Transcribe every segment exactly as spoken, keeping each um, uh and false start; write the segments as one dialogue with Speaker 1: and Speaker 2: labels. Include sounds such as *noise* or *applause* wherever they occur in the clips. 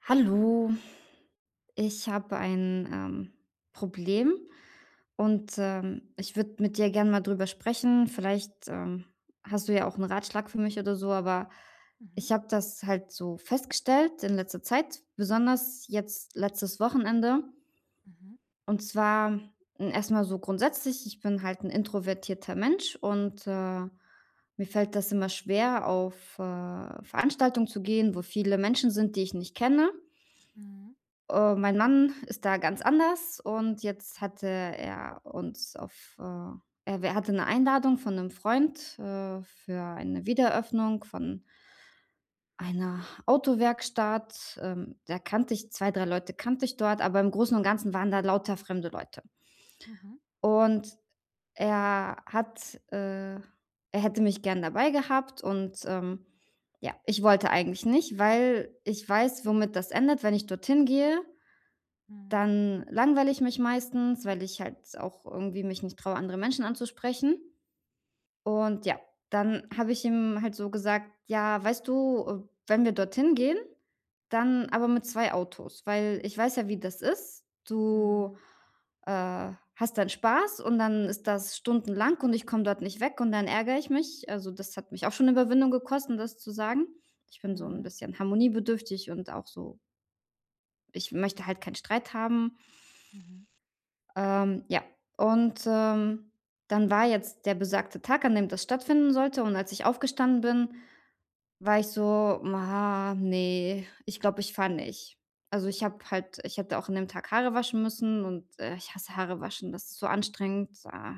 Speaker 1: Hallo, ich habe ein ähm, Problem und ähm, ich würde mit dir gerne mal drüber sprechen. Vielleicht ähm, hast du ja auch einen Ratschlag für mich oder so, aber
Speaker 2: Mhm,
Speaker 1: ich habe das halt so festgestellt in letzter Zeit, besonders jetzt letztes Wochenende.
Speaker 2: mhm,
Speaker 1: Und zwar äh, erstmal so grundsätzlich, ich bin halt ein introvertierter Mensch und äh, mir fällt das immer schwer, auf äh, Veranstaltungen zu gehen, wo viele Menschen sind, die ich nicht kenne.
Speaker 2: mhm,
Speaker 1: Äh, mein Mann ist da ganz anders und jetzt hatte er uns auf, äh er w hatte eine Einladung von einem Freund, äh, für eine Wiedereröffnung von einer Autowerkstatt. Ähm, da kannte ich zwei, drei Leute kannte ich dort, aber im Großen und Ganzen waren da lauter fremde Leute.
Speaker 2: mhm,
Speaker 1: Und er hat äh, er hätte mich gern dabei gehabt und, ähm, ja, ich wollte eigentlich nicht, weil ich weiß, womit das endet, wenn ich dorthin gehe.
Speaker 2: mhm,
Speaker 1: Dann langweile ich mich meistens, weil ich halt auch irgendwie mich nicht traue, andere Menschen anzusprechen. Und ja, dann habe ich ihm halt so gesagt: „Ja, weißt du, äh, wenn wir dorthin gehen, dann aber mit zwei Autos, weil ich weiß ja, wie das ist. Du,
Speaker 2: mhm,
Speaker 1: äh, hast dann Spaß und dann ist das stundenlang und ich komme dort nicht weg und dann ärgere ich mich.“ Also, das hat mich auch schon Überwindung gekostet, das zu sagen. Ich bin so ein bisschen harmoniebedürftig und auch so ich möchte halt keinen Streit haben.
Speaker 2: mhm,
Speaker 1: Ähm, ja, und, ähm, dann war jetzt der besagte Tag, an dem das stattfinden sollte und als ich aufgestanden bin, war ich so: „Ah, ne, ich glaube, ich fahre nicht.“ Also, ich habe halt ich hätte auch an dem Tag Haare waschen müssen und, äh, ich hasse Haare waschen. Das ist so anstrengend. Ah,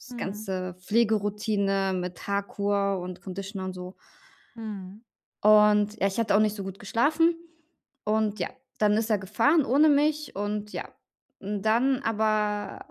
Speaker 1: diese
Speaker 2: mhm,
Speaker 1: ganze Pflegeroutine mit Haarkur und Conditioner und so.
Speaker 2: mhm,
Speaker 1: Und ja, ich hatte auch nicht so gut geschlafen. Und ja, dann ist er gefahren ohne mich und ja. Und dann aber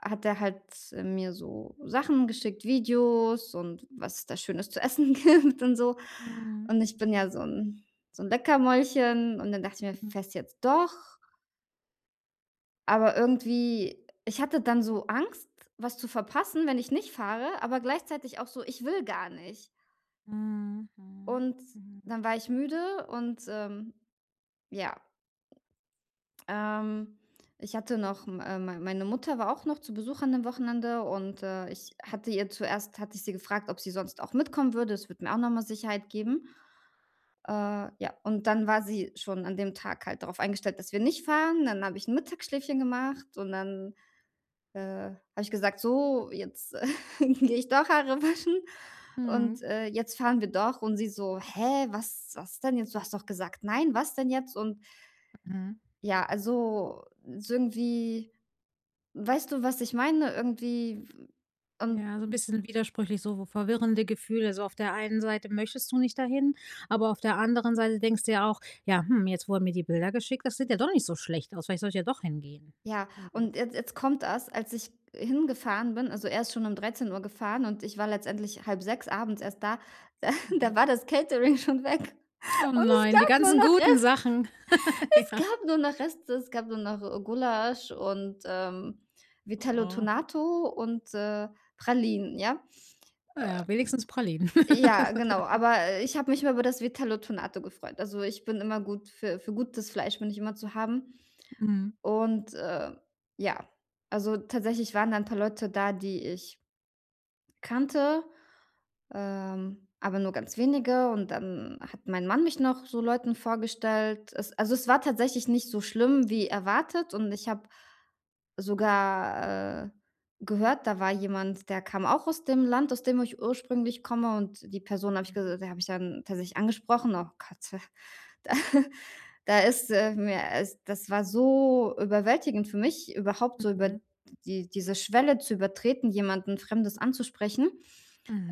Speaker 1: hat er halt mir so Sachen geschickt, Videos und was es da Schönes zu essen *laughs* gibt und so.
Speaker 2: mhm, mhm,
Speaker 1: Und ich bin ja so ein so ein Leckermäulchen und dann dachte ich mir:
Speaker 2: mhm,
Speaker 1: „Fährst jetzt doch?“ Aber irgendwie ich hatte dann so Angst, was zu verpassen, wenn ich nicht fahre, aber gleichzeitig auch so: „Ich will gar nicht.“
Speaker 2: mhm,
Speaker 1: Und
Speaker 2: mhm,
Speaker 1: dann war ich müde und, ähm, ja. Ähm, Ich hatte noch m äh, mei meine Mutter war auch noch zu Besuch an dem Wochenende und, äh, ich hatte ihr zuerst hatte ich sie gefragt, ob sie sonst auch mitkommen würde. Es würde mir auch noch mal Sicherheit geben. Äh, ja, und dann war sie schon an dem Tag halt darauf eingestellt, dass wir nicht fahren. Dann habe ich ein Mittagsschläfchen gemacht und dann, äh, habe ich gesagt: „So, jetzt äh, *laughs* gehe ich doch Haare waschen
Speaker 2: mhm,
Speaker 1: und, äh, jetzt fahren wir doch.“ Und sie so: „Hä, was was denn jetzt? Du hast doch gesagt nein, was denn jetzt?“ Und
Speaker 2: mhm.
Speaker 1: ja, also, so irgendwie. Weißt du, was ich meine? Irgendwie. Und
Speaker 2: Ja, so ein bisschen widersprüchlich, so verwirrende Gefühle. So auf der einen Seite möchtest du nicht dahin, aber auf der anderen Seite denkst du ja auch: „Ja, hm, jetzt, wo er mir die Bilder geschickt das sieht ja doch nicht so schlecht aus. Vielleicht soll ich ja doch hingehen.“
Speaker 1: ja,
Speaker 2: Mhm,
Speaker 1: und jetzt jetzt kommt das, als ich hingefahren bin, also, er ist schon um dreizehn Uhr gefahren und ich war letztendlich halb sechs abends erst da. *laughs* Da
Speaker 2: mhm.
Speaker 1: da war das Catering schon weg und
Speaker 2: Oh
Speaker 1: es
Speaker 2: nein, die
Speaker 1: gab nur
Speaker 2: ganzen
Speaker 1: noch
Speaker 2: guten
Speaker 1: Rest
Speaker 2: Sachen. *laughs*
Speaker 1: es
Speaker 2: Ja.
Speaker 1: gab nur noch Reste. Es gab nur noch, äh, Gulasch und, ähm, Vitello
Speaker 2: Oh.
Speaker 1: Tonato und, äh, Pralinen, ja?
Speaker 2: Na ja, wenigstens Pralinen.
Speaker 1: Ja, genau, aber äh, ich habe mich immer über das Vitello Tonato gefreut. Also, ich bin immer gut für für gutes Fleisch bin ich immer zu haben. Und, äh, ja, also tatsächlich waren da ein paar Leute da, die ich kannte, ähm, aber nur ganz wenige und dann hat mein Mann mich noch so Leuten vorgestellt. Es, also, es war tatsächlich nicht so schlimm wie erwartet und ich habe sogar, äh, gehört, da war jemand, der kam auch aus dem Land, aus dem ich ursprünglich komme und die Person habe ich ges da habe ich dann tatsächlich angesprochen. Oh Gott. *laughs* Da *laughs* da ist, äh, mir ist, das war so überwältigend für mich, überhaupt
Speaker 2: *laughs*
Speaker 1: so über
Speaker 2: Mhm.
Speaker 1: die diese Schwelle zu übertreten, jemanden Fremdes anzusprechen.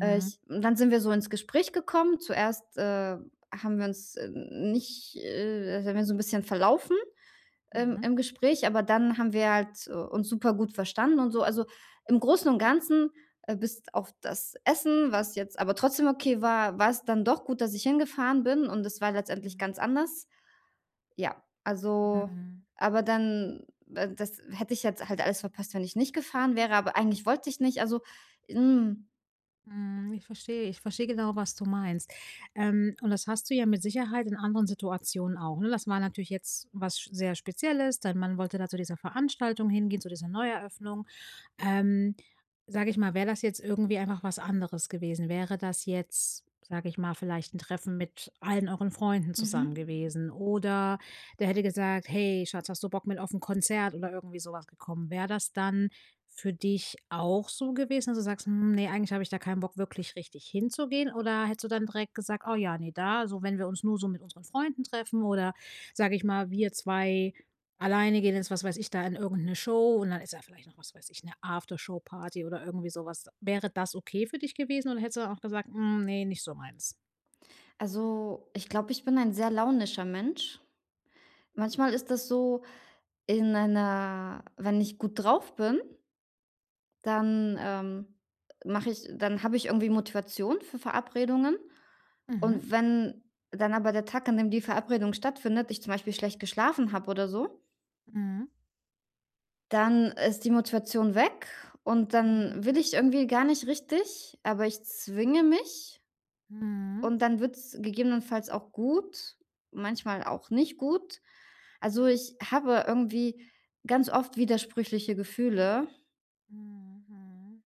Speaker 1: Äh, ich und dann sind wir so ins Gespräch gekommen. Zuerst, äh, haben wir uns, äh, nicht äh, sind wir so ein bisschen verlaufen im
Speaker 2: Mhm.
Speaker 1: im Gespräch, aber dann haben wir halt, äh, uns super gut verstanden und so. Also, im Großen und Ganzen, äh, bis auf das Essen, was jetzt aber trotzdem okay war, war es dann doch gut, dass ich hingefahren bin und es war letztendlich
Speaker 2: Mhm.
Speaker 1: ganz anders. Ja, also,
Speaker 2: Mhm.
Speaker 1: aber dann äh, das hätte ich jetzt halt alles verpasst, wenn ich nicht gefahren wäre, aber eigentlich wollte ich nicht. Also, hm,
Speaker 2: Mhm. Ich verstehe. Ich verstehe genau, was du meinst. Ähm, und das hast du ja mit Sicherheit in anderen Situationen auch, ne? Das war natürlich jetzt was sch sehr Spezielles. Dein Mann wollte da zu dieser Veranstaltung hingehen, zu dieser Neueröffnung. Ähm, sage ich mal, wäre das jetzt irgendwie einfach was anderes gewesen? Wäre das jetzt, sage ich mal, vielleicht ein Treffen mit allen euren Freunden zusammen
Speaker 1: mhm.
Speaker 2: gewesen oder der hätte gesagt: „Hey Schatz, hast du Bock mit auf ein Konzert?“ oder irgendwie sowas gekommen. Wäre das dann für dich auch so gewesen, dass du sagst: „Hm, ne, eigentlich habe ich da keinen Bock, wirklich richtig hinzugehen?“ Oder hättest du dann direkt gesagt: „Oh ja, nee, da so wenn wir uns nur so mit unseren Freunden treffen oder, sage ich mal, wir zwei? Alleine gehen jetzt, was weiß ich, da in irgendeine Show und dann ist ja vielleicht noch, was weiß ich, 'ne Aftershow-Party oder irgendwie sowas Wäre das okay für dich gewesen oder hättest du dann auch gesagt: „Hm, ne, nicht so meins?“
Speaker 1: Also, ich glaube, ich bin ein sehr launischer Mensch. Manchmal ist das so in einer wenn ich gut drauf bin, dann, ähm, mache ich dann habe ich irgendwie Motivation für Verabredungen.
Speaker 2: Mhm.
Speaker 1: Und wenn dann aber der Tag, an dem die Verabredung stattfindet, ich zum Beispiel schlecht geschlafen habe oder so.
Speaker 2: Mhm.
Speaker 1: Dann ist die Motivation weg und dann will
Speaker 2: Mhm.
Speaker 1: ich irgendwie gar nicht richtig, aber ich zwinge mich
Speaker 2: Mhm.
Speaker 1: und dann wird's gegebenenfalls auch gut, manchmal auch nicht gut. Also, ich habe irgendwie ganz oft widersprüchliche Gefühle
Speaker 2: Mhm. Mhm.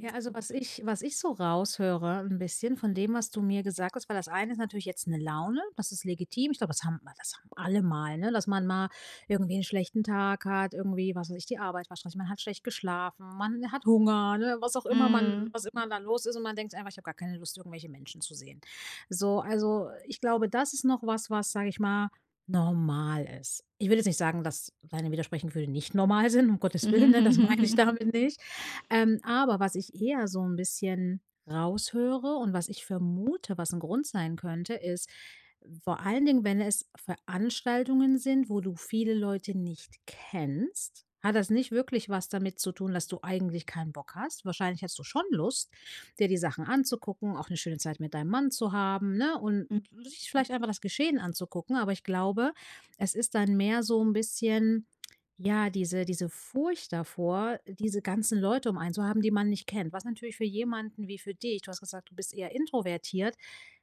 Speaker 2: Ja, also was ich was ich so raushöre ein bisschen von dem, was du mir gesagt hast weil das eine ist natürlich jetzt eine Laune, das ist legitim. Ich glaube, das haben das haben alle mal, ne, dass man mal irgendwie einen schlechten Tag hat, irgendwie, was weiß ich, die Arbeit war stressig, man hat schlecht geschlafen, man hat Hunger, ne, was auch immer man
Speaker 1: mhm.
Speaker 2: was immer da los ist und man denkt einfach: „Ich habe gar keine Lust, irgendwelche Menschen zu sehen.“ So, also, ich glaube, das ist noch was, was, sage ich mal, normal ist. Ich will jetzt nicht sagen, dass deine widersprechenden Gefühle nicht normal sind, um Gottes Willen, ne, das meine ich
Speaker 1: *laughs*
Speaker 2: damit nicht. Ähm, aber was ich eher so ein bisschen raushöre und was ich vermute, was ein Grund sein könnte, ist vor allen Dingen, wenn es Veranstaltungen sind, wo du viele Leute nicht kennst, hat das nicht wirklich was damit zu tun, dass du eigentlich keinen Bock hast. Wahrscheinlich hast du schon Lust, dir die Sachen anzugucken, auch eine schöne Zeit mit deinem Mann zu haben, ne, und
Speaker 1: Hm.
Speaker 2: sich vielleicht einfach das Geschehen anzugucken. Aber ich glaube, es ist dann mehr so ein bisschen ja, diese diese Furcht davor, diese ganzen Leute um einen zu haben, die man nicht kennt, was natürlich für jemanden wie für dich du hast gesagt, du bist eher introvertiert,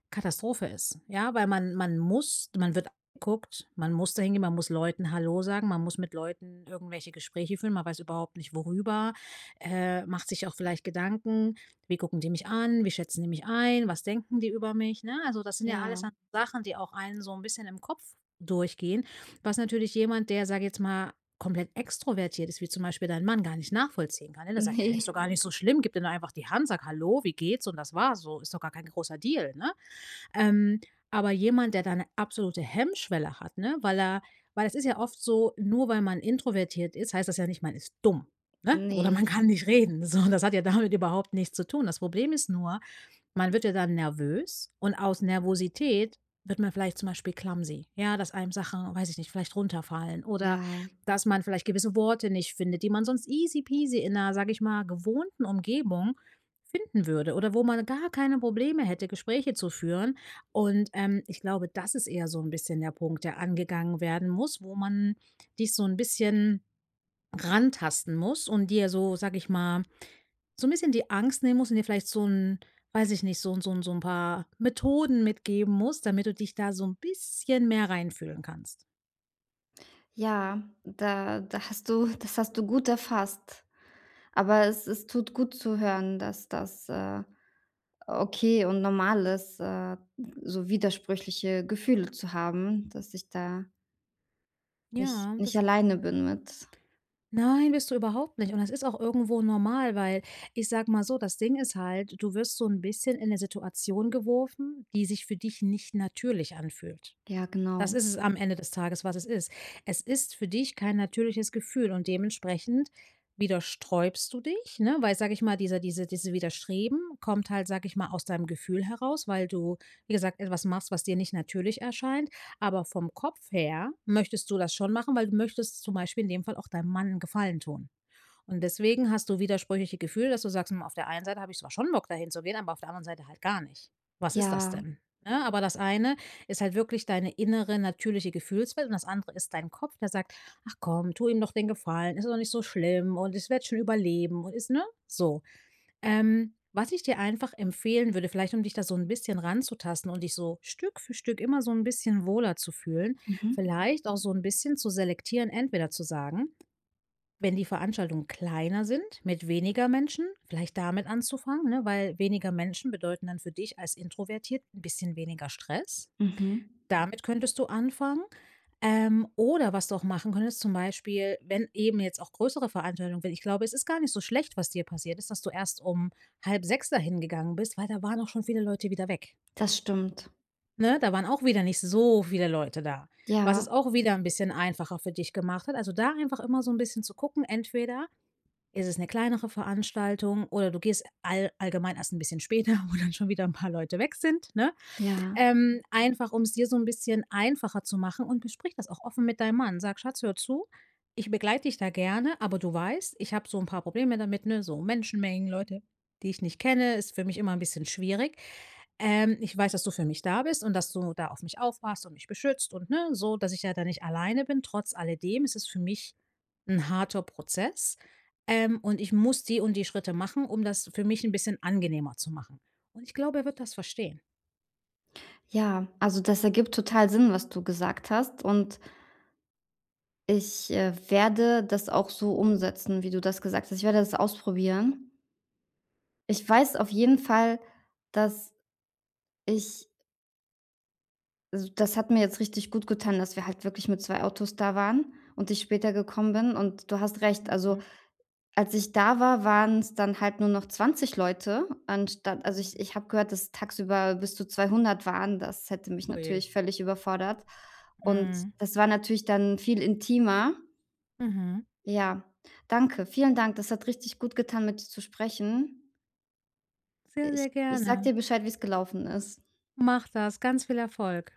Speaker 2: Katastrophe ist, ja? Weil man man muss man wird angeguckt, man muss da hingehen, man muss Leuten hallo sagen, man muss mit Leuten irgendwelche Gespräche führen, man weiß überhaupt nicht worüber, äh, macht sich auch vielleicht Gedanken: „Wie gucken die mich an? Wie schätzen die mich ein? Was denken die über mich?“, ne? Also, das sind ja alles
Speaker 1: Ja,
Speaker 2: dann Sachen, die auch einen so ein bisschen im Kopf durchgehen, was natürlich jemand, der, sage ich jetzt mal, komplett extrovertiert ist, wie zum Beispiel dein Mann, gar nicht nachvollziehen kann, ne? Der sagt:
Speaker 1: ne,
Speaker 2: „Hä, ist doch gar nicht so schlimm. Gib dir nur einfach die Hand, sag: ‚Hallo, wie geht's?' und das war's so. Ist doch gar kein großer Deal“, ne? Ähm, aber jemand, der da 'ne absolute Hemmschwelle hat, ne, weil er weil es ist ja oft so, nur weil man introvertiert ist, heißt das ja nicht, man ist dumm, ne, oder man
Speaker 1: ne,
Speaker 2: kann nicht reden. So, das hat ja damit überhaupt nichts zu tun. Das Problem ist nur, man wird ja dann nervös und aus Nervosität wird man vielleicht zum Beispiel clumsy. Ja, dass einem Sachen, weiß ich nicht, vielleicht runterfallen oder
Speaker 1: ja.
Speaker 2: dass man vielleicht gewisse Worte nicht findet, die man sonst easy peasy in 'ner, sage ich mal, gewohnten Umgebung finden würde oder wo man gar keine Probleme hätte, Gespräche zu führen. Und, ähm, ich glaube, das ist eher so ein bisschen der Punkt, der angegangen werden muss, wo man dich so ein bisschen rantasten muss und dir so, sage ich mal so 'n bisschen die Angst nehmen musst und dir vielleicht so 'n weiß ich nicht, so 'n so 'n so 'n paar Methoden mitgeben musst, damit du dich da so 'n bisschen mehr reinfühlen kannst.
Speaker 1: Ja, da da hast du das hast du gut erfasst. Aber es es tut gut zu hören, dass das, äh, okay und normal ist, äh, so widersprüchliche Gefühle zu haben, dass ich da nicht
Speaker 2: Ja,
Speaker 1: nicht
Speaker 2: das
Speaker 1: alleine bin mit.
Speaker 2: nein, bist du überhaupt nicht und das ist auch irgendwo normal, weil ich sage mal so, das Ding ist halt, du wirst so 'n bisschen in 'ne Situation geworfen, die sich für dich nicht natürlich anfühlt.
Speaker 1: Ja,
Speaker 2: Das
Speaker 1: genau.
Speaker 2: ist es am Ende des Tages, was es ist. Es ist für dich kein natürliches Gefühl und dementsprechend widersträubst du dich, ne? Weil, sage ich mal, dieser diese diese Widerstreben kommt halt, sage ich mal, aus deinem Gefühl heraus, weil du, wie gesagt, etwas machst, was dir nicht natürlich erscheint. Aber vom Kopf her möchtest du das schon machen, weil du möchtest zum Beispiel in dem Fall auch deinem Mann 'n Gefallen tun. Und deswegen hast du widersprüchliche Gefühle, dass du sagst: „Hm, auf der einen Seite habe ich zwar schon Bock, dahin zu gehen, aber auf der anderen Seite halt gar nicht. Was ist das
Speaker 1: Ja.
Speaker 2: denn?“ Ne? Aber das eine ist halt wirklich deine innere, natürliche Gefühlswelt und das andere ist dein Kopf, der sagt: „Ach komm, tu ihm doch den Gefallen, ist doch nicht so schlimm und ich werde schon überleben und ist“ ne? So. Ähm, was ich dir einfach empfehlen würde, vielleicht um dich da so ein bisschen ranzutasten und dich so Stück für Stück immer so ein bisschen wohler zu fühlen,
Speaker 1: Mhm.
Speaker 2: vielleicht auch so ein bisschen zu selektieren, entweder zu sagen: wenn die Veranstaltungen kleiner sind, mit weniger Menschen, vielleicht damit anzufangen, ne? weil weniger Menschen bedeuten dann für dich als introvertiert ein bisschen weniger Stress.
Speaker 1: Mhm.
Speaker 2: Damit könntest du anfangen. Ähm, oder was du auch machen könntest, zum Beispiel, wenn eben jetzt auch größere Veranstaltungen, weil ich glaube, es ist gar nicht so schlecht, was dir passiert ist, dass du erst um halb sechs dahin gegangen bist, weil da waren auch schon viele Leute wieder weg.
Speaker 1: Das stimmt.
Speaker 2: Ne? Da waren auch wieder nicht so viele Leute da, was es
Speaker 1: Ja,
Speaker 2: auch wieder ein bisschen einfacher für dich gemacht hat. Also da einfach immer so ein bisschen zu gucken, entweder ist es eine kleinere Veranstaltung oder du gehst all allgemein erst ein bisschen später, *laughs* wo dann schon wieder ein paar Leute weg sind, ne?
Speaker 1: ja,
Speaker 2: Ähm, einfach um es dir so ein bisschen einfacher zu machen und besprich das auch offen mit deinem Mann. Sag: „Schatz, hör zu, ich begleite dich da gerne, aber du weißt, ich habe so ein paar Probleme damit, ne, so Menschenmengen, Leute, die ich nicht kenne, ist für mich immer ein bisschen schwierig. Ähm, ich weiß, dass du für mich da bist und dass du da auf mich aufpasst und mich beschützt und, ne, so, dass ich ja da nicht alleine bin. Trotz alledem ist es für mich ein harter Prozess, ähm, und ich muss die und die Schritte machen, um das für mich ein bisschen angenehmer zu machen.“ Und ich glaube, er wird das verstehen.
Speaker 1: ja. Also, das ergibt total Sinn, was du gesagt hast und ich, äh, werde das auch so umsetzen, wie du das gesagt hast. Ich werde das ausprobieren. Ich weiß auf jeden Fall, dass ich. Also, das hat mir jetzt richtig gut getan, dass wir halt wirklich mit zwei Autos da waren und ich später gekommen bin. Und du hast recht, also,
Speaker 2: Mhm.
Speaker 1: als ich da war, waren es dann halt nur noch zwanzig Leute anstatt, also, ich
Speaker 2: Mhm.
Speaker 1: ich habe gehört, dass tagsüber bis zu zweihundert waren. Das hätte mich
Speaker 2: Oh je.
Speaker 1: natürlich völlig überfordert. Und
Speaker 2: Mhm.
Speaker 1: das war natürlich dann viel intimer.
Speaker 2: Mhm.
Speaker 1: Ja, danke. Vielen Dank. Das hat richtig gut getan, mit dir zu sprechen.
Speaker 2: Sehr,
Speaker 1: Ich
Speaker 2: sehr
Speaker 1: ich sag
Speaker 2: gerne.
Speaker 1: dir Bescheid, wie es gelaufen ist.
Speaker 2: Mach das. Ganz viel Erfolg.